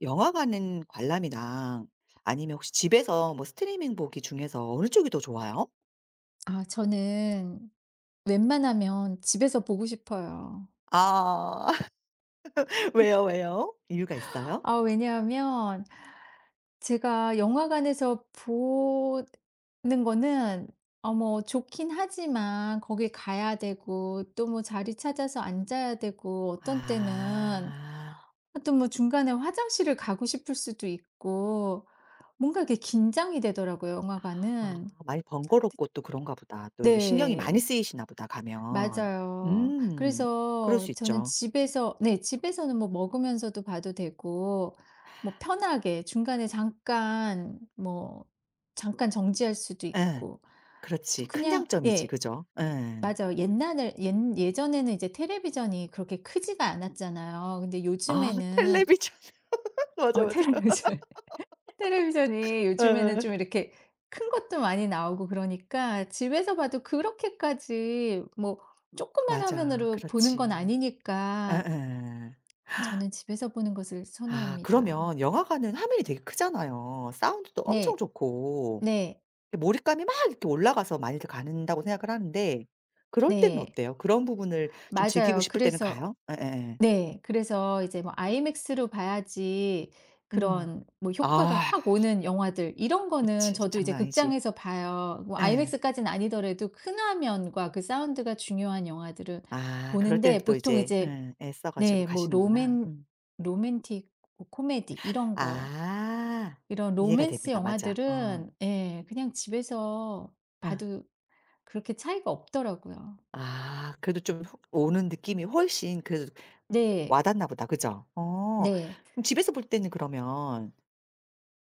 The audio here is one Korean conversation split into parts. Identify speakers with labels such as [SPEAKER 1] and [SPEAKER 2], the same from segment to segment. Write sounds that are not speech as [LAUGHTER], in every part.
[SPEAKER 1] 영화관은 관람이랑 아니면 혹시 집에서 뭐 스트리밍 보기 중에서 어느 쪽이 더 좋아요?
[SPEAKER 2] 아 저는 웬만하면 집에서 보고 싶어요.
[SPEAKER 1] 아 [LAUGHS] 왜요, 왜요? 이유가 있어요?
[SPEAKER 2] 아 왜냐하면 제가 영화관에서 보는 거는 뭐 좋긴 하지만 거기 가야 되고 또 뭐 자리 찾아서 앉아야 되고 어떤 때는
[SPEAKER 1] 아.
[SPEAKER 2] 또 뭐 중간에 화장실을 가고 싶을 수도 있고 뭔가 이렇게 긴장이 되더라고요,
[SPEAKER 1] 아
[SPEAKER 2] 영화관은.
[SPEAKER 1] 많이 번거롭고 또 그런가 보다. 또 이게 신경이 많이
[SPEAKER 2] 네.
[SPEAKER 1] 쓰이시나 보다 가면.
[SPEAKER 2] 맞아요.
[SPEAKER 1] 음. 그럴
[SPEAKER 2] 그래서
[SPEAKER 1] 수
[SPEAKER 2] 저는
[SPEAKER 1] 있죠.
[SPEAKER 2] 집에서, 네, 집에서는 뭐 먹으면서도 봐도 되고 뭐 편하게 중간에 잠깐 정지할 수도
[SPEAKER 1] 예.
[SPEAKER 2] 있고 또
[SPEAKER 1] 그렇지. 큰
[SPEAKER 2] 그냥,
[SPEAKER 1] 장점이지.
[SPEAKER 2] 예.
[SPEAKER 1] 그죠? 예.
[SPEAKER 2] 맞아요. 옛날에 옛 예전에는 이제 텔레비전이 그렇게 크지가 않았잖아요. 근데
[SPEAKER 1] 아
[SPEAKER 2] 요즘에는
[SPEAKER 1] 텔레비전. [LAUGHS] 맞아,
[SPEAKER 2] 어 [LAUGHS]
[SPEAKER 1] 맞아.
[SPEAKER 2] 텔레비전 텔레비전이
[SPEAKER 1] 예
[SPEAKER 2] 요즘에는
[SPEAKER 1] 예.
[SPEAKER 2] 좀 이렇게 큰 것도 많이 나오고 그러니까 집에서 봐도 그렇게까지 뭐 조그만
[SPEAKER 1] 맞아.
[SPEAKER 2] 화면으로 보는 건
[SPEAKER 1] 그렇지.
[SPEAKER 2] 아니니까
[SPEAKER 1] 예예.
[SPEAKER 2] 저는 집에서 보는 것을
[SPEAKER 1] 아 그러면
[SPEAKER 2] 선호합니다.
[SPEAKER 1] 영화관은 화면이 되게 크잖아요. 사운드도 엄청
[SPEAKER 2] 네.
[SPEAKER 1] 좋고
[SPEAKER 2] 네.
[SPEAKER 1] 몰입감이 막 이렇게 올라가서 많이들 가는다고 생각을 하는데 그럴 때는
[SPEAKER 2] 네.
[SPEAKER 1] 어때요? 그런 부분을 좀 즐기고
[SPEAKER 2] 맞아요.
[SPEAKER 1] 싶을 때는
[SPEAKER 2] 그래서,
[SPEAKER 1] 가요? 예예예.
[SPEAKER 2] 네. 그래서 이제 뭐 아이맥스로 봐야지
[SPEAKER 1] 음.
[SPEAKER 2] 그런 뭐 효과가
[SPEAKER 1] 아
[SPEAKER 2] 확 오는 영화들 이런 거는
[SPEAKER 1] 그렇지.
[SPEAKER 2] 저도 이제
[SPEAKER 1] 장난 아니지.
[SPEAKER 2] 극장에서 봐요. 뭐
[SPEAKER 1] 예.
[SPEAKER 2] 아이맥스까지는 아니더라도 큰 화면과 그 사운드가 중요한 영화들은
[SPEAKER 1] 아 그럴 때는
[SPEAKER 2] 보는데,
[SPEAKER 1] 또
[SPEAKER 2] 보통
[SPEAKER 1] 이제
[SPEAKER 2] 이제
[SPEAKER 1] 예 애써 가지고
[SPEAKER 2] 네 뭐
[SPEAKER 1] 가시는구나. 음.
[SPEAKER 2] 로맨틱 뭐 코미디 이런 거
[SPEAKER 1] 아
[SPEAKER 2] 이런
[SPEAKER 1] 이해가
[SPEAKER 2] 로맨스
[SPEAKER 1] 됩니다. 맞아. 어.
[SPEAKER 2] 영화들은 예 그냥 집에서
[SPEAKER 1] 어.
[SPEAKER 2] 봐도 그렇게 차이가 없더라고요.
[SPEAKER 1] 아 그래도 좀 오는 느낌이 훨씬 그래도
[SPEAKER 2] 네.
[SPEAKER 1] 와닿나 보다. 그죠? 어.
[SPEAKER 2] 네.
[SPEAKER 1] 그럼 집에서 볼 때는 그러면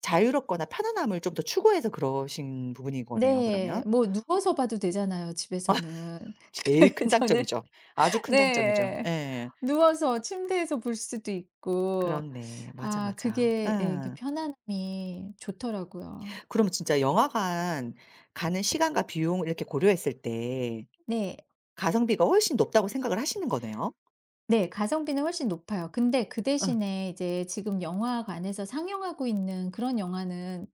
[SPEAKER 1] 자유롭거나 편안함을 좀 더 추구해서 그러신 부분인 거네요 그러면.
[SPEAKER 2] 네. 뭐 누워서 봐도 되잖아요, 집에서는.
[SPEAKER 1] 제일 큰
[SPEAKER 2] [LAUGHS] 저는,
[SPEAKER 1] 장점이죠. 아주 큰 장점이죠.
[SPEAKER 2] 네.
[SPEAKER 1] 예.
[SPEAKER 2] 누워서 침대에서 볼 수도 있고
[SPEAKER 1] 그렇네. 맞아,
[SPEAKER 2] 아
[SPEAKER 1] 맞아.
[SPEAKER 2] 그게 예 이게
[SPEAKER 1] 응.
[SPEAKER 2] 편안함이 좋더라고요.
[SPEAKER 1] 그럼 진짜 영화관 가는 시간과 비용 이렇게 고려했을 때
[SPEAKER 2] 네.
[SPEAKER 1] 가성비가 훨씬 높다고 생각을 하시는 거네요?
[SPEAKER 2] 네. 가성비는 훨씬 높아요. 근데 그
[SPEAKER 1] 응.
[SPEAKER 2] 대신에 이제 지금 영화관에서 상영하고 있는 그런 영화는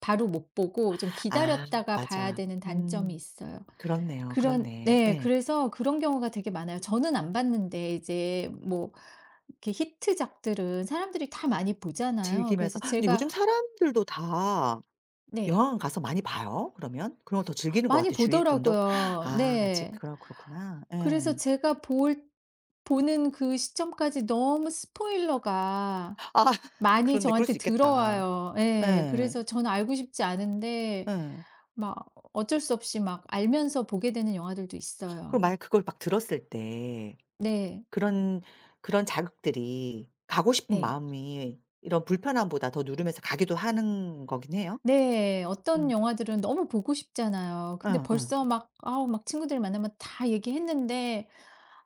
[SPEAKER 2] 바로 못 보고 좀
[SPEAKER 1] 아
[SPEAKER 2] 기다렸다가 봐야
[SPEAKER 1] 맞아.
[SPEAKER 2] 되는 단점이
[SPEAKER 1] 음.
[SPEAKER 2] 있어요.
[SPEAKER 1] 그렇네요.
[SPEAKER 2] 그런,
[SPEAKER 1] 그렇네.
[SPEAKER 2] 네.
[SPEAKER 1] 예.
[SPEAKER 2] 그래서 그런 경우가 되게 많아요. 저는 안 봤는데 이제 뭐 이렇게 히트작들은 사람들이 다 많이 보잖아요.
[SPEAKER 1] 즐기면서
[SPEAKER 2] 그래서
[SPEAKER 1] 근데
[SPEAKER 2] 제가,
[SPEAKER 1] 요즘 사람들도 다
[SPEAKER 2] 네.
[SPEAKER 1] 영화관 가서 많이 봐요 그러면. 그런 걸 더 즐기는 것
[SPEAKER 2] 많이
[SPEAKER 1] 같아요 주위 분도.
[SPEAKER 2] 보더라고요.
[SPEAKER 1] 아 아직
[SPEAKER 2] 네.
[SPEAKER 1] 그러 그렇구나.
[SPEAKER 2] 그래서
[SPEAKER 1] 예.
[SPEAKER 2] 제가 볼 보는 그 시점까지 너무 스포일러가
[SPEAKER 1] 아 [LAUGHS]
[SPEAKER 2] 많이
[SPEAKER 1] 그렇네. 그럴
[SPEAKER 2] 저한테
[SPEAKER 1] 수 있겠다.
[SPEAKER 2] 들어와요. 예.
[SPEAKER 1] 예.
[SPEAKER 2] 그래서 저는 알고 싶지 않은데
[SPEAKER 1] 예.
[SPEAKER 2] 막 어쩔 수 없이 막 알면서 보게 되는 영화들도
[SPEAKER 1] 그럼
[SPEAKER 2] 있어요.
[SPEAKER 1] 만약 그걸 막 들었을 때
[SPEAKER 2] 네.
[SPEAKER 1] 그런 그런 자극들이 가고 싶은
[SPEAKER 2] 네.
[SPEAKER 1] 마음이 이런 불편함보다 더 누르면서 가기도 하는 거긴 해요?
[SPEAKER 2] 네. 어떤
[SPEAKER 1] 음.
[SPEAKER 2] 영화들은 너무 보고 싶잖아요. 근데
[SPEAKER 1] 응응.
[SPEAKER 2] 벌써 막 아우 막 친구들 만나면 다 얘기했는데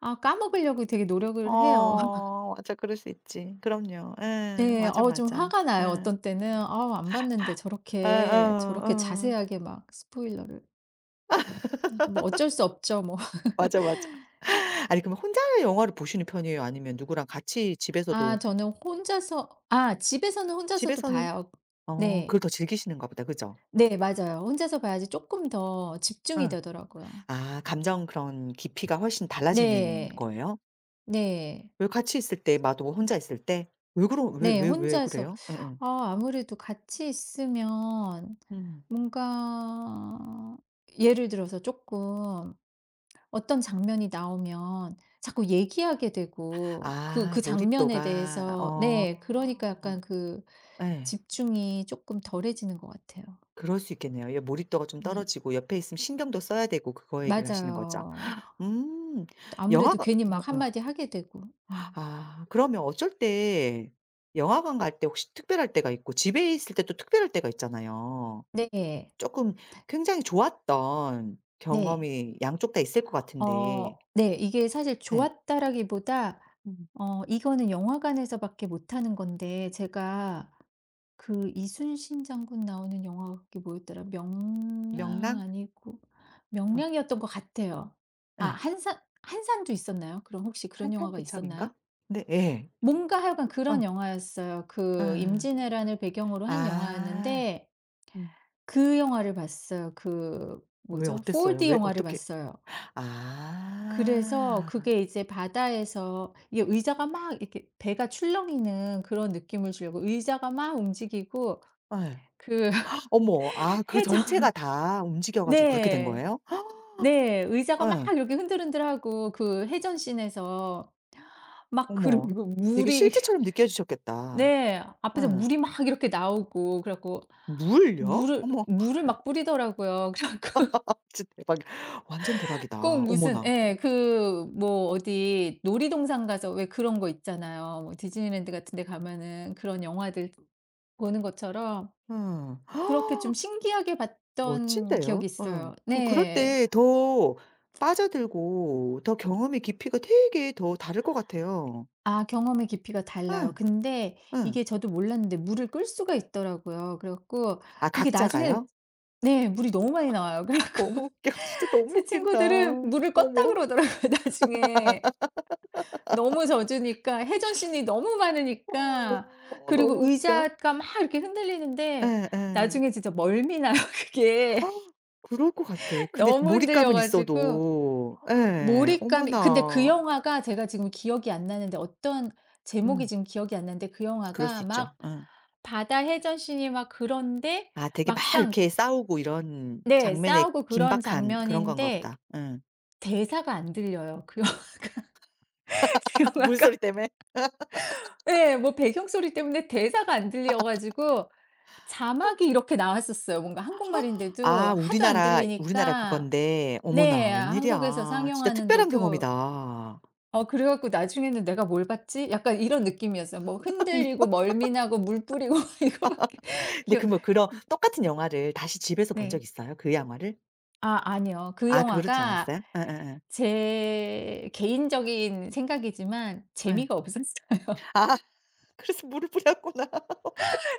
[SPEAKER 2] 아 까먹으려고 되게 노력을 해요. [LAUGHS]
[SPEAKER 1] 어 맞아. 그럴 수 있지. 그럼요. 예.
[SPEAKER 2] 네.
[SPEAKER 1] 맞아,
[SPEAKER 2] 좀
[SPEAKER 1] 맞아.
[SPEAKER 2] 화가 나요.
[SPEAKER 1] 예.
[SPEAKER 2] 어떤 때는 어, 안 봤는데
[SPEAKER 1] 어,
[SPEAKER 2] 저렇게
[SPEAKER 1] 어 어.
[SPEAKER 2] 자세하게 막 스포일러를. 뭐 어쩔 수 없죠 뭐. [LAUGHS]
[SPEAKER 1] 맞아, 맞아. 아니 그럼 혼자 영화를 보시는 편이에요? 아니면 누구랑 같이 집에서도
[SPEAKER 2] 아 저는 혼자서, 아 집에서는 혼자서도
[SPEAKER 1] 집에서는
[SPEAKER 2] 봐요.
[SPEAKER 1] 어 그걸
[SPEAKER 2] 네.
[SPEAKER 1] 더 즐기시는가 보다. 그죠?
[SPEAKER 2] 네, 맞아요. 혼자서 봐야지 조금 더 집중이
[SPEAKER 1] 예.
[SPEAKER 2] 되더라고요.
[SPEAKER 1] 아 감정 그런 깊이가 훨씬 달라지는
[SPEAKER 2] 네.
[SPEAKER 1] 거예요?
[SPEAKER 2] 네.
[SPEAKER 1] 왜 같이 있을 때 마도 혼자 있을 때? 왜 그러 왜
[SPEAKER 2] 네
[SPEAKER 1] 왜 왜
[SPEAKER 2] 혼자서
[SPEAKER 1] 그래요? 예예.
[SPEAKER 2] 아 아무래도 같이 있으면
[SPEAKER 1] 음.
[SPEAKER 2] 뭔가 예를 들어서 조금 어떤 장면이 나오면 자꾸 얘기하게 되고 그,
[SPEAKER 1] 아
[SPEAKER 2] 그 장면에
[SPEAKER 1] 몰입도가.
[SPEAKER 2] 대해서,
[SPEAKER 1] 어.
[SPEAKER 2] 네, 그러니까 약간 그
[SPEAKER 1] 예.
[SPEAKER 2] 집중이 조금 덜해지는 것 같아요.
[SPEAKER 1] 그럴 수 있겠네요. 예 몰입도가 좀
[SPEAKER 2] 네.
[SPEAKER 1] 떨어지고 옆에 있으면 신경도 써야 되고 그거 얘기를 하시는 거죠?
[SPEAKER 2] 맞아요.
[SPEAKER 1] 음.
[SPEAKER 2] 아무래도
[SPEAKER 1] 영화가
[SPEAKER 2] 괜히 막
[SPEAKER 1] 어어.
[SPEAKER 2] 한마디 하게 되고. 네.
[SPEAKER 1] 아 그러면 어쩔 때 영화관 갈 때 혹시 특별할 때가 있고 집에 있을 때 또 특별할 때가 있잖아요.
[SPEAKER 2] 네.
[SPEAKER 1] 조금 굉장히 좋았던
[SPEAKER 2] 네.
[SPEAKER 1] 경험이 양쪽 다 있을 것 같은데
[SPEAKER 2] 네. 이게 사실
[SPEAKER 1] 예.
[SPEAKER 2] 좋았다라기보다
[SPEAKER 1] 음.
[SPEAKER 2] 이거는 영화관에서 밖에 못하는 건데 제가 그 이순신 장군 나오는 영화가 그게 뭐였더라? 명량
[SPEAKER 1] 명랑?
[SPEAKER 2] 아니고
[SPEAKER 1] 어
[SPEAKER 2] 명량이었던 것 같아요. 아
[SPEAKER 1] 예.
[SPEAKER 2] 한산, 한산도 있었나요? 그럼 혹시 그런 영화가 있었나요?
[SPEAKER 1] 한산대첩인가? 네 예.
[SPEAKER 2] 뭔가 하여간
[SPEAKER 1] 어
[SPEAKER 2] 그런 영화였어요. 그
[SPEAKER 1] 예.
[SPEAKER 2] 임진왜란을 배경으로 한
[SPEAKER 1] 아.
[SPEAKER 2] 영화였는데
[SPEAKER 1] 음.
[SPEAKER 2] 그 영화를 봤어요. 그
[SPEAKER 1] 왜
[SPEAKER 2] 뭐죠?
[SPEAKER 1] 어땠어요?
[SPEAKER 2] 4D
[SPEAKER 1] 왜
[SPEAKER 2] 영화를
[SPEAKER 1] 어떻게
[SPEAKER 2] 봤어요. 그래서
[SPEAKER 1] 아.
[SPEAKER 2] 그게 이제 바다에서 이게 의자가 막 이렇게 배가 출렁이는 그런 느낌을 주려고 의자가 막 움직이고
[SPEAKER 1] 예.
[SPEAKER 2] 그
[SPEAKER 1] 어머 아
[SPEAKER 2] [LAUGHS]
[SPEAKER 1] 그 전체가
[SPEAKER 2] 해전,
[SPEAKER 1] 다 움직여 가지고 그렇게 된
[SPEAKER 2] 네.
[SPEAKER 1] 거예요? [GASPS]
[SPEAKER 2] 네. 의자가 막
[SPEAKER 1] 예.
[SPEAKER 2] 이렇게 흔들흔들하고 그 해전씬에서 막
[SPEAKER 1] 어머.
[SPEAKER 2] 그러고
[SPEAKER 1] 되게
[SPEAKER 2] 물이
[SPEAKER 1] 실제처럼
[SPEAKER 2] [LAUGHS]
[SPEAKER 1] 느껴지셨겠다.
[SPEAKER 2] 네. 앞에서
[SPEAKER 1] 응
[SPEAKER 2] 물이 막 이렇게 나오고 그래 갖고
[SPEAKER 1] 물요?
[SPEAKER 2] 물을
[SPEAKER 1] 어머. [LAUGHS]
[SPEAKER 2] 물을 막 뿌리더라고요. 그래
[SPEAKER 1] 아
[SPEAKER 2] 갖고
[SPEAKER 1] 진짜 대박이야. 완전
[SPEAKER 2] [LAUGHS] 꼭
[SPEAKER 1] 대박이다.
[SPEAKER 2] 무슨,
[SPEAKER 1] 어머나.
[SPEAKER 2] 예. 그 뭐 어디 놀이동산 가서 왜 그런 거 있잖아요. 뭐 디즈니랜드 같은 데 가면은 그런 영화들 보는 것처럼
[SPEAKER 1] 음.
[SPEAKER 2] 그렇게 좀
[SPEAKER 1] [GASPS]
[SPEAKER 2] 신기하게 봤던
[SPEAKER 1] 멋진데요.
[SPEAKER 2] 기억이
[SPEAKER 1] 응
[SPEAKER 2] 있어요.
[SPEAKER 1] 그럼 그럴
[SPEAKER 2] 네.
[SPEAKER 1] 때 더 빠져들고 더 경험의 깊이가 되게 더 다를 것 같아요.
[SPEAKER 2] 아 경험의 깊이가
[SPEAKER 1] 응
[SPEAKER 2] 달라요. 근데
[SPEAKER 1] 응
[SPEAKER 2] 이게 저도 몰랐는데 물을 끌 수가 있더라고요. 그래 갖고
[SPEAKER 1] 아
[SPEAKER 2] 이게 나중에
[SPEAKER 1] 각자가요?
[SPEAKER 2] 네 물이 너무 많이 나와요. 그래 갖고
[SPEAKER 1] 너무 웃겨. [LAUGHS] 진짜
[SPEAKER 2] [LAUGHS]
[SPEAKER 1] 너무
[SPEAKER 2] 제
[SPEAKER 1] 웃긴다.
[SPEAKER 2] 친구들은 물을 껐다
[SPEAKER 1] 어머.
[SPEAKER 2] 그러더라고요 [LAUGHS] 나중에. 너무 젖으니까 회전신이 너무 많으니까
[SPEAKER 1] 어 너무
[SPEAKER 2] 그리고
[SPEAKER 1] 웃겨.
[SPEAKER 2] 의자가 막 이렇게 흔들리는데
[SPEAKER 1] 응 응.
[SPEAKER 2] 나중에 진짜 멀미 나요 [LAUGHS] 그게.
[SPEAKER 1] 그럴 것 같아.
[SPEAKER 2] [LAUGHS]
[SPEAKER 1] 근데
[SPEAKER 2] 너무 흔들려
[SPEAKER 1] 몰입감은
[SPEAKER 2] 가지고
[SPEAKER 1] 있어도 예.
[SPEAKER 2] 몰입감이, 근데 그
[SPEAKER 1] 어머나.
[SPEAKER 2] 영화가 제가 지금 기억이 안 나는데 어떤 제목이
[SPEAKER 1] 음.
[SPEAKER 2] 지금 기억이 안 나는데 그
[SPEAKER 1] 그럴 수
[SPEAKER 2] 영화가
[SPEAKER 1] 있죠.
[SPEAKER 2] 막
[SPEAKER 1] 어.
[SPEAKER 2] 바다 해전씬이 막 그런데
[SPEAKER 1] 아 되게 막
[SPEAKER 2] 막상
[SPEAKER 1] 이렇게 싸우고 이런
[SPEAKER 2] 네
[SPEAKER 1] 장면의
[SPEAKER 2] 싸우고 그런
[SPEAKER 1] 긴박한 그런 건가
[SPEAKER 2] 장면인데
[SPEAKER 1] 보다. 예.
[SPEAKER 2] 대사가 안 들려요. 그 영 [LAUGHS] 그
[SPEAKER 1] [LAUGHS] 물소리
[SPEAKER 2] 영화가
[SPEAKER 1] 때문에?
[SPEAKER 2] 예 뭐 배경 소리 때문에 대사가 안 들려 가지고 자막이 이렇게 나왔었어요. 뭔가 한국말인데도
[SPEAKER 1] 아
[SPEAKER 2] 하도 안
[SPEAKER 1] 우리나라 우리나라
[SPEAKER 2] 들리니까
[SPEAKER 1] 그건데 어머나
[SPEAKER 2] 네 한국에서
[SPEAKER 1] 웬일이야. 진짜 특별한
[SPEAKER 2] 상영하는데도.
[SPEAKER 1] 경험이다.
[SPEAKER 2] 그래 갖고 나중에는 '내가 뭘 봤지?' 약간 이런 느낌이었어요. 뭐 흔들리고
[SPEAKER 1] [LAUGHS]
[SPEAKER 2] 멀미 나고 물 뿌리고 [LAUGHS] 이거밖에
[SPEAKER 1] 근데
[SPEAKER 2] 기억,
[SPEAKER 1] 그 뭐 그런 똑같은 영화를 다시 집에서 본 적
[SPEAKER 2] 네.
[SPEAKER 1] 있어요? 그 영화를?
[SPEAKER 2] 아 아니요. 그
[SPEAKER 1] 아 그러진
[SPEAKER 2] 영화가
[SPEAKER 1] 않았어요? 예예예.
[SPEAKER 2] 제 개인적인 생각이지만
[SPEAKER 1] 예.
[SPEAKER 2] 재미가 없었어요. [LAUGHS]
[SPEAKER 1] 아 그래서 물을 뿌렸구나.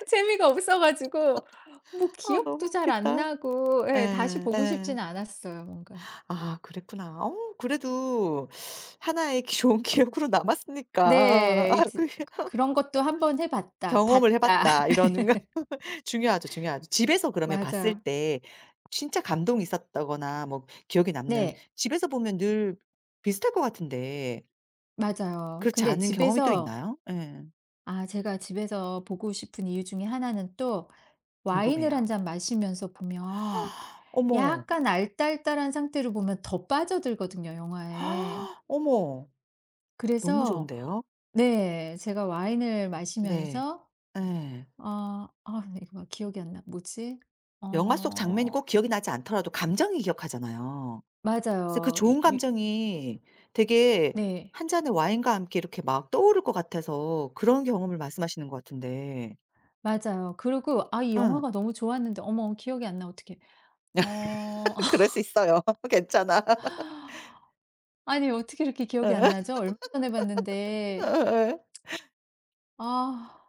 [SPEAKER 2] 재미가 없어 가지고 뭐
[SPEAKER 1] 아 너무
[SPEAKER 2] 기억도 잘 안
[SPEAKER 1] 웃기다.
[SPEAKER 2] 나고 예 다시
[SPEAKER 1] 예.
[SPEAKER 2] 보고
[SPEAKER 1] 예.
[SPEAKER 2] 싶지는 않았어요 뭔가.
[SPEAKER 1] 아 그랬구나. 어 그래도 하나의 좋은 [LAUGHS] 기억으로 남았으니까
[SPEAKER 2] 네.
[SPEAKER 1] 아
[SPEAKER 2] 이제
[SPEAKER 1] 그 [LAUGHS]
[SPEAKER 2] 그런 것도 한번 해 봤다. [LAUGHS]
[SPEAKER 1] 경험을 해
[SPEAKER 2] 봤다.
[SPEAKER 1] 봤다 이런 거 [LAUGHS] 중요하죠, 중요하죠. 집에서 그러면 봤을
[SPEAKER 2] 맞아요.
[SPEAKER 1] 때 진짜 감동이 있었다거나 뭐 기억에 남는
[SPEAKER 2] 네.
[SPEAKER 1] 집에서 보면 늘 비슷할 것 같은데
[SPEAKER 2] 맞아요.
[SPEAKER 1] 그렇지
[SPEAKER 2] 근데
[SPEAKER 1] 않은 경험이 또
[SPEAKER 2] 집에서
[SPEAKER 1] 있나요? 예.
[SPEAKER 2] 아 제가 집에서 보고 싶은 이유 중에 하나는 또 와인을
[SPEAKER 1] 궁금해요.
[SPEAKER 2] 한 잔 마시면서 보면
[SPEAKER 1] 어머,
[SPEAKER 2] 약간 알딸딸한 상태로 보면 더 빠져들거든요 영화에.
[SPEAKER 1] 어머. 너무
[SPEAKER 2] 그래서
[SPEAKER 1] 좋은데요.
[SPEAKER 2] 네 제가 와인을
[SPEAKER 1] 네.
[SPEAKER 2] 마시면서
[SPEAKER 1] 예.
[SPEAKER 2] 아 이거 막 기억이 안 나. 뭐지?
[SPEAKER 1] 영화 속 장면이
[SPEAKER 2] 어
[SPEAKER 1] 꼭 기억이 나지 않더라도 감정이 기억하잖아요. 그래서 그
[SPEAKER 2] 맞아요.
[SPEAKER 1] 좋은
[SPEAKER 2] 이
[SPEAKER 1] 감정이 되게
[SPEAKER 2] 네.
[SPEAKER 1] 한 잔의 와인과 함께 이렇게 막 떠오를 것 같아서 그런 경험을 말씀하시는 것 같은데.
[SPEAKER 2] 맞아요. 그리고 아 이
[SPEAKER 1] 응.
[SPEAKER 2] 영화가 너무 좋았는데 어머 기억이 안 나 어떻게 어
[SPEAKER 1] [LAUGHS] 그럴
[SPEAKER 2] [LAUGHS]
[SPEAKER 1] 수 있어요. [LAUGHS] 괜찮아.
[SPEAKER 2] 아니 어떻게 이렇게 기억이 안
[SPEAKER 1] [LAUGHS]
[SPEAKER 2] 나죠? 얼마 전에 봤는데.
[SPEAKER 1] 예
[SPEAKER 2] 아.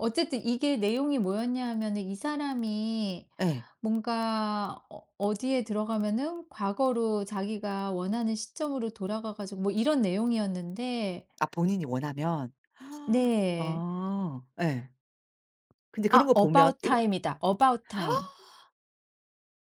[SPEAKER 2] 어쨌든 이게 내용이 뭐였냐 하면은 이 사람이
[SPEAKER 1] 예.
[SPEAKER 2] 뭔가 어디에 들어가면은 과거로 자기가 원하는 시점으로 돌아가 가지고 뭐 이런 내용이었는데.
[SPEAKER 1] 아 본인이 원하면. [GASPS]
[SPEAKER 2] 네.
[SPEAKER 1] 아 예. 근데
[SPEAKER 2] 아
[SPEAKER 1] 그런 거 보면
[SPEAKER 2] about
[SPEAKER 1] 이거
[SPEAKER 2] time이다. about time.
[SPEAKER 1] [GASPS]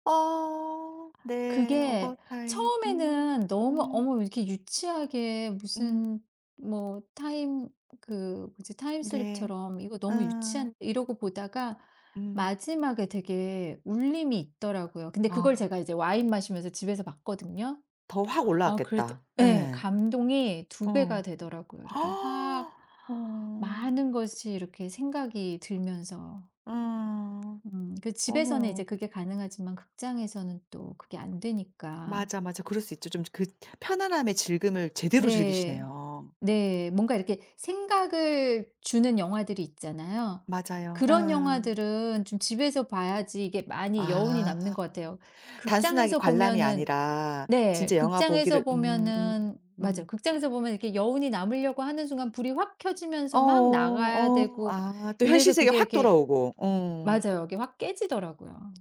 [SPEAKER 1] 어 네. 어바웃
[SPEAKER 2] 그게
[SPEAKER 1] 타임.
[SPEAKER 2] 처음에는
[SPEAKER 1] 음.
[SPEAKER 2] 너무
[SPEAKER 1] 음.
[SPEAKER 2] 어머 이렇게 유치하게
[SPEAKER 1] 음.
[SPEAKER 2] 무슨 뭐 타임 그 뭐지 타임
[SPEAKER 1] 네.
[SPEAKER 2] 슬립처럼 이거 너무
[SPEAKER 1] 음.
[SPEAKER 2] 유치한 이러고 보다가
[SPEAKER 1] 음.
[SPEAKER 2] 마지막에 되게 울림이 있더라고요. 근데
[SPEAKER 1] 아
[SPEAKER 2] 그걸 제가 이제 와인 마시면서 집에서 봤거든요.
[SPEAKER 1] 더 확
[SPEAKER 2] 아 그럴 때,
[SPEAKER 1] 올라왔겠다.
[SPEAKER 2] 예.
[SPEAKER 1] 예.
[SPEAKER 2] 감동이 두 배가
[SPEAKER 1] 어.
[SPEAKER 2] 되더라고요. 이렇게 확
[SPEAKER 1] 아, 어.
[SPEAKER 2] 많은 것이 이렇게 생각이 들면서.
[SPEAKER 1] 아.
[SPEAKER 2] 음. 그 집에서는
[SPEAKER 1] 어머.
[SPEAKER 2] 이제 그게 가능하지만 극장에서는 또 그게 안 되니까.
[SPEAKER 1] 맞아, 맞아. 그럴 수 있죠. 좀 그 편안함의 즐금을 제대로
[SPEAKER 2] 네.
[SPEAKER 1] 즐기시네요.
[SPEAKER 2] 네. 뭔가 이렇게 생각을 주는 영화들이 있잖아요.
[SPEAKER 1] 맞아요.
[SPEAKER 2] 그런 영화들은 좀 집에서 봐야지 이게 많이 여운이 남는 것
[SPEAKER 1] 아.
[SPEAKER 2] 같아요.
[SPEAKER 1] 단순하게
[SPEAKER 2] 극장에서
[SPEAKER 1] 관람이
[SPEAKER 2] 보면은
[SPEAKER 1] 아니라
[SPEAKER 2] 네.
[SPEAKER 1] 진짜 영화
[SPEAKER 2] 극장에서
[SPEAKER 1] 보기를
[SPEAKER 2] 보면은 맞아요.
[SPEAKER 1] 음.
[SPEAKER 2] 극장에서 보면 이렇게 여운이 남으려고 하는 순간 불이 확 켜지면서 막
[SPEAKER 1] 어어
[SPEAKER 2] 나가야
[SPEAKER 1] 어.
[SPEAKER 2] 되고
[SPEAKER 1] 아 또 현실
[SPEAKER 2] 이래서
[SPEAKER 1] 세계
[SPEAKER 2] 그게
[SPEAKER 1] 확
[SPEAKER 2] 이렇게
[SPEAKER 1] 돌아오고. 어.
[SPEAKER 2] 맞아요. 이게 확 깨지더라고요.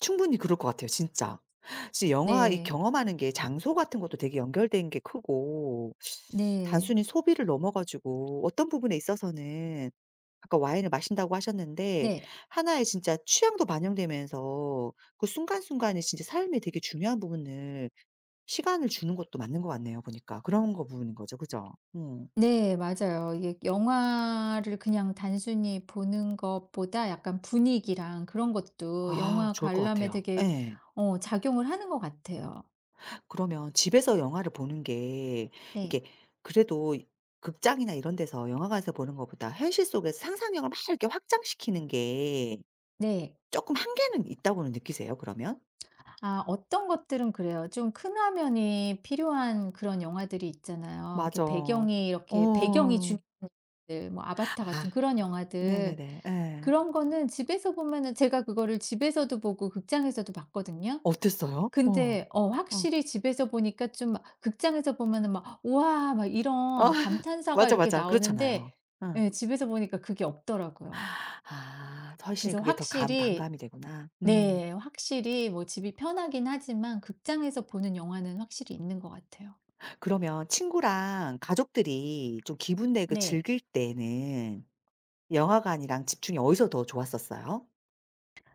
[SPEAKER 1] 충분히 그럴 것 같아요 진짜. 사실 영화 이
[SPEAKER 2] 네.
[SPEAKER 1] 경험하는 게 장소 같은 것도 되게 연결된 게 크고
[SPEAKER 2] 네.
[SPEAKER 1] 단순히 소비를 넘어 가지고 어떤 부분에 있어서는 아까 와인을 마신다고 하셨는데
[SPEAKER 2] 네.
[SPEAKER 1] 하나의 진짜 취향도 반영되면서 그 순간순간이 진짜 삶의 되게 중요한 부분을 시간을 주는 것도 맞는 것 같네요 보니까. 그런 거 부분인 거죠. 그죠? 음.
[SPEAKER 2] 네 맞아요. 이게 영화를 그냥 단순히 보는 것보다 약간 분위기랑 그런 것도
[SPEAKER 1] 아
[SPEAKER 2] 영화
[SPEAKER 1] 좋을 것
[SPEAKER 2] 관람에
[SPEAKER 1] 같아요.
[SPEAKER 2] 되게
[SPEAKER 1] 예.
[SPEAKER 2] 작용을 하는 것 같아요.
[SPEAKER 1] 그러면 집에서 영화를 보는 게
[SPEAKER 2] 네.
[SPEAKER 1] 이게 그래도 극장이나 이런 데서 영화관에서 보는 것보다 현실 속에서 상상력을 막 이렇게 확장시키는 게
[SPEAKER 2] 네.
[SPEAKER 1] 쪼끔 한계는 있다고는 느끼세요 그러면?
[SPEAKER 2] 아 어떤 것들은 그래요. 좀 큰 화면이 필요한 그런 영화들이 있잖아요.
[SPEAKER 1] 맞아.
[SPEAKER 2] 이렇게
[SPEAKER 1] 어.
[SPEAKER 2] 배경이 이렇게 배경이 중요한 영화들 뭐 아바타 같은
[SPEAKER 1] 아.
[SPEAKER 2] 그런 영화들
[SPEAKER 1] 네네네. 예.
[SPEAKER 2] 그런 거는 집에서 보면은 제가 그거를 집에서도 보고 극장에서도 봤거든요.
[SPEAKER 1] 어땠어요? 어. 어.
[SPEAKER 2] 근데
[SPEAKER 1] 어
[SPEAKER 2] 확실히 집에서 보니까 좀 극장에서 보면은 막 "우와." 막 이런
[SPEAKER 1] [LAUGHS]
[SPEAKER 2] 감탄사가
[SPEAKER 1] 맞아,
[SPEAKER 2] 이렇게
[SPEAKER 1] 맞아. 그렇잖아요.
[SPEAKER 2] 나오는데
[SPEAKER 1] 응.
[SPEAKER 2] 예 집에서 보니까 그게 없더라고요.
[SPEAKER 1] 아 훨씬
[SPEAKER 2] 그래서
[SPEAKER 1] 그게 더 감
[SPEAKER 2] 확실히
[SPEAKER 1] 반감이 되구나. 음.
[SPEAKER 2] 네 확실히 뭐 집이 편하긴 하지만 극장에서 보는 영화는 확실히 있는 것 같아요.
[SPEAKER 1] 그러면 친구랑 가족들이 좀 기분 내고
[SPEAKER 2] 네.
[SPEAKER 1] 즐길 때는 영화관이랑 집중이 어디서 더 좋았었어요?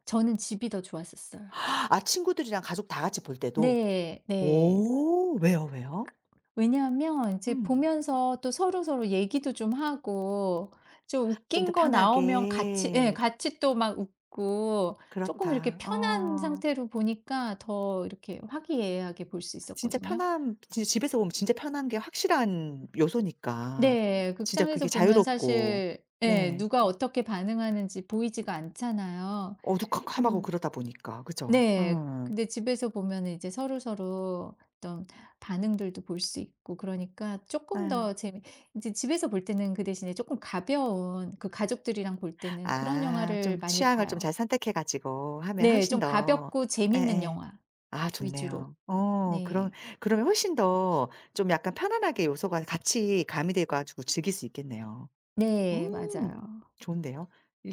[SPEAKER 2] 저는 집이 더 좋았었어요.
[SPEAKER 1] 아 친구들이랑 가족 다 같이 볼 때도?
[SPEAKER 2] 네. 네.
[SPEAKER 1] 오 왜요, 왜요?
[SPEAKER 2] 왜냐하면 이제
[SPEAKER 1] 음.
[SPEAKER 2] 보면서 또 서로서로 얘기도 좀 하고 좀
[SPEAKER 1] 좀 더
[SPEAKER 2] 웃긴 거 나오면 같이 예
[SPEAKER 1] 편하게.
[SPEAKER 2] 같이 또 막 웃고 조금 이렇게
[SPEAKER 1] 그렇다.
[SPEAKER 2] 편한
[SPEAKER 1] 어.
[SPEAKER 2] 상태로 보니까 더 이렇게 화기애애하게 볼 수
[SPEAKER 1] 진짜
[SPEAKER 2] 있었거든요.
[SPEAKER 1] 편함 진짜 집에서 보면 진짜 편한 게 확실한 요소니까.
[SPEAKER 2] 네.
[SPEAKER 1] 진짜 그게
[SPEAKER 2] 극장에서 보면
[SPEAKER 1] 자유롭고
[SPEAKER 2] 사실 예
[SPEAKER 1] 네
[SPEAKER 2] 누가 어떻게 반응하는지 보이지가 않잖아요.
[SPEAKER 1] 어두컴컴하고 그러다 보니까. 그죠?
[SPEAKER 2] 네.
[SPEAKER 1] 음.
[SPEAKER 2] 근데 집에서 보면은 이제 서로서로 어떤 반응들도 볼 수 있고 그러니까 조금
[SPEAKER 1] 예.
[SPEAKER 2] 더 재미, 이제 집에서 볼 때는 그 대신에 조금 가벼운 그 가족들이랑 볼 때는 그런
[SPEAKER 1] 아 좀
[SPEAKER 2] 영화를 많이
[SPEAKER 1] 취향을 좀
[SPEAKER 2] 봐요.
[SPEAKER 1] 잘 선택해 가지고 하면
[SPEAKER 2] 네.
[SPEAKER 1] 훨씬
[SPEAKER 2] 좀
[SPEAKER 1] 더
[SPEAKER 2] 가볍고 재밌는
[SPEAKER 1] 예예.
[SPEAKER 2] 영화
[SPEAKER 1] 아
[SPEAKER 2] 위주로.
[SPEAKER 1] 좋네요. 어 그럼
[SPEAKER 2] 네.
[SPEAKER 1] 그러면 훨씬 더 좀 약간 편안하게 요소가 같이 가미돼 가지고 즐길 수 있겠네요.
[SPEAKER 2] 네.
[SPEAKER 1] 음
[SPEAKER 2] 맞아요.
[SPEAKER 1] 좋은데요. 이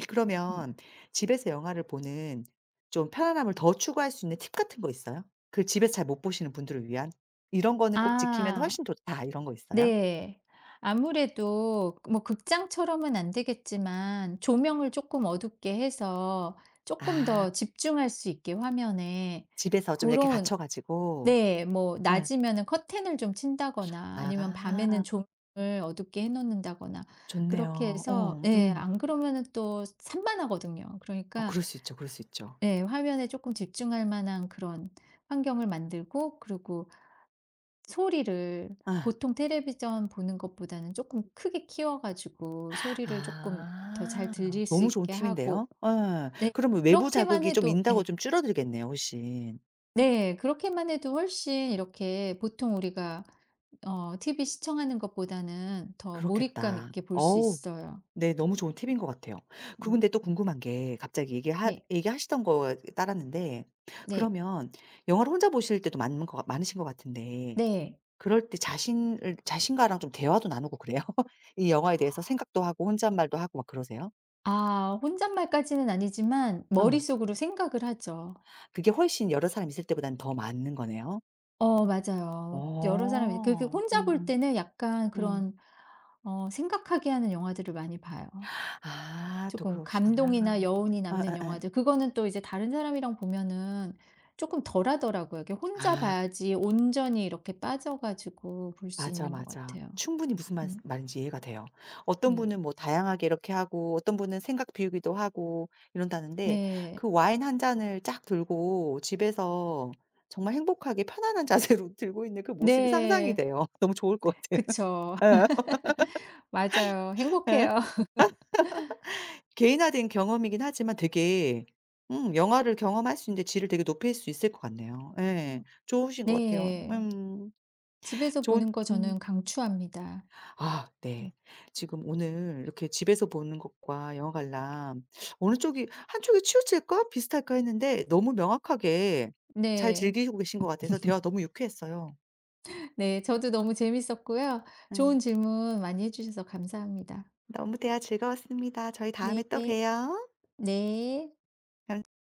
[SPEAKER 2] 음.
[SPEAKER 1] 그러면 집에서 영화를 보는 좀 편안함을 더 추구할 수 있는 팁 같은 거 있어요? 그 집에서 잘 못 보시는 분들을 위한? '이런 거는 꼭 지키면
[SPEAKER 2] 아.
[SPEAKER 1] 훨씬 좋다.' 이런 거 있어요?
[SPEAKER 2] 네. 아무래도 그 뭐 극장처럼은 안 되겠지만 조명을 조금 어둡게 해서 조금
[SPEAKER 1] 아
[SPEAKER 2] 더 집중할 수 있게 화면에
[SPEAKER 1] 집에서 좀
[SPEAKER 2] 그
[SPEAKER 1] 이렇게
[SPEAKER 2] 런
[SPEAKER 1] 갇혀 가지고
[SPEAKER 2] 네. 뭐
[SPEAKER 1] 예.
[SPEAKER 2] 낮이면은 커튼을 좀 친다거나 아니면 밤에는
[SPEAKER 1] 아
[SPEAKER 2] 조명을 어둡게 해 놓는다거나 그렇게
[SPEAKER 1] 좋네요.
[SPEAKER 2] 해서
[SPEAKER 1] 어
[SPEAKER 2] 네 안 그러면은 또 산만하거든요.
[SPEAKER 1] 어
[SPEAKER 2] 그러니까
[SPEAKER 1] 그럴 수 있죠, 그럴 수 있죠.
[SPEAKER 2] 네 화면에 조금 집중할 만한 그런 환경을 만들고 그리고 소리를
[SPEAKER 1] 아
[SPEAKER 2] 보통 텔레비전 보는 것보다는 조금 크게 키워 가지고 소리를 조금 더 잘
[SPEAKER 1] 아.
[SPEAKER 2] 들릴 수
[SPEAKER 1] 너무 좋은
[SPEAKER 2] 있게
[SPEAKER 1] 팁인데요.
[SPEAKER 2] 하고.
[SPEAKER 1] 예.
[SPEAKER 2] 네.
[SPEAKER 1] 그러면 외부
[SPEAKER 2] 그렇게만
[SPEAKER 1] 자극이 좀
[SPEAKER 2] 해도,
[SPEAKER 1] 인다고
[SPEAKER 2] 예.
[SPEAKER 1] 좀 줄어들겠네요 훨씬.
[SPEAKER 2] 네. 그렇게만 해도 훨씬 이렇게, 보통 우리가 TV 시청하는 것보다는 더 몰입감
[SPEAKER 1] 그렇겠다.
[SPEAKER 2] 있게 볼 수
[SPEAKER 1] 어우
[SPEAKER 2] 있어요.
[SPEAKER 1] 네 너무 좋은 팁인 것 같아요. 그
[SPEAKER 2] 음
[SPEAKER 1] 근데 또 궁금한 게 갑자기
[SPEAKER 2] 네.
[SPEAKER 1] 얘기하시던 거에 따랐는데
[SPEAKER 2] 네.
[SPEAKER 1] 그러면 영화를 혼자 보실 때도 많은 거 많으신 것 같은데
[SPEAKER 2] 네.
[SPEAKER 1] 그럴 때 자신을 자신과랑 좀 대화도 나누고 그래요? [LAUGHS] 이 영화에 대해서 생각도 하고 혼잣말도 하고 막 그러세요?
[SPEAKER 2] 아 혼잣말까지는 아니지만
[SPEAKER 1] 어.
[SPEAKER 2] 머릿속으로 생각을 하죠.
[SPEAKER 1] 그게 훨씬 여러 사람 있을 때보다는 더 많은 거네요.
[SPEAKER 2] 맞아요. 여러 사람이 그렇게,
[SPEAKER 1] 어.
[SPEAKER 2] 혼자 볼
[SPEAKER 1] 음음.
[SPEAKER 2] 때는 약간
[SPEAKER 1] 음.
[SPEAKER 2] 그런 생각하게 하는 영화들을 많이 봐요.
[SPEAKER 1] 아 또
[SPEAKER 2] 조금
[SPEAKER 1] 그러시구나.
[SPEAKER 2] 감동이나 여운이
[SPEAKER 1] 아
[SPEAKER 2] 남는
[SPEAKER 1] 아 아.
[SPEAKER 2] 영화들. 그거는 또 이제 다른 사람이랑 보면은 조금 덜 하더라고요. 이게 혼자
[SPEAKER 1] 아
[SPEAKER 2] 봐야지 온전히 이렇게 빠져 가지고 볼 수
[SPEAKER 1] 맞아,
[SPEAKER 2] 있는 것
[SPEAKER 1] 맞아.
[SPEAKER 2] 같아요.
[SPEAKER 1] 충분히 무슨 말
[SPEAKER 2] 음
[SPEAKER 1] 말인지 이해가 돼요. 어떤
[SPEAKER 2] 네.
[SPEAKER 1] 분은 뭐 다양하게 이렇게 하고 어떤 분은 생각 비우기도 하고 이런다는데
[SPEAKER 2] 네.
[SPEAKER 1] 그 와인 한 잔을 쫙 들고 집에서 정말 행복하게 편안한 자세로 [LAUGHS] 들고 있는 그 모습이 상상이
[SPEAKER 2] 네.
[SPEAKER 1] 돼요. [LAUGHS] 너무 좋을 것 같아요.
[SPEAKER 2] 그쵸. [LAUGHS] 맞아요.
[SPEAKER 1] [LAUGHS] 예.
[SPEAKER 2] 행복해요.
[SPEAKER 1] 개인화된 경험이긴 하지만 되게 영화를 경험할 수 있는데 질을 되게 높일 수 있을 것 같네요. 예.
[SPEAKER 2] [LAUGHS]
[SPEAKER 1] 좋으신 것 같아요.
[SPEAKER 2] 네.
[SPEAKER 1] 음.
[SPEAKER 2] 집에서
[SPEAKER 1] 좋은
[SPEAKER 2] 보는 거 저는 강추합니다.
[SPEAKER 1] 아
[SPEAKER 2] 음
[SPEAKER 1] 네. 지금 오늘 이렇게 집에서 보는 것과 영화 관람 어느 쪽이 한쪽이 치우칠까? 비슷할까?' 했는데 너무 명확하게 잘
[SPEAKER 2] 네.
[SPEAKER 1] 즐기고 계신 것 같아서 대화 너무 유쾌했어요.
[SPEAKER 2] 네, 저도 너무 재밌었고요.
[SPEAKER 1] 음.
[SPEAKER 2] 좋은 질문 많이 해주셔서 감사합니다.
[SPEAKER 1] 너무 대화 즐거웠습니다. 저희 다음에
[SPEAKER 2] 네.
[SPEAKER 1] 또 봬요.
[SPEAKER 2] 네.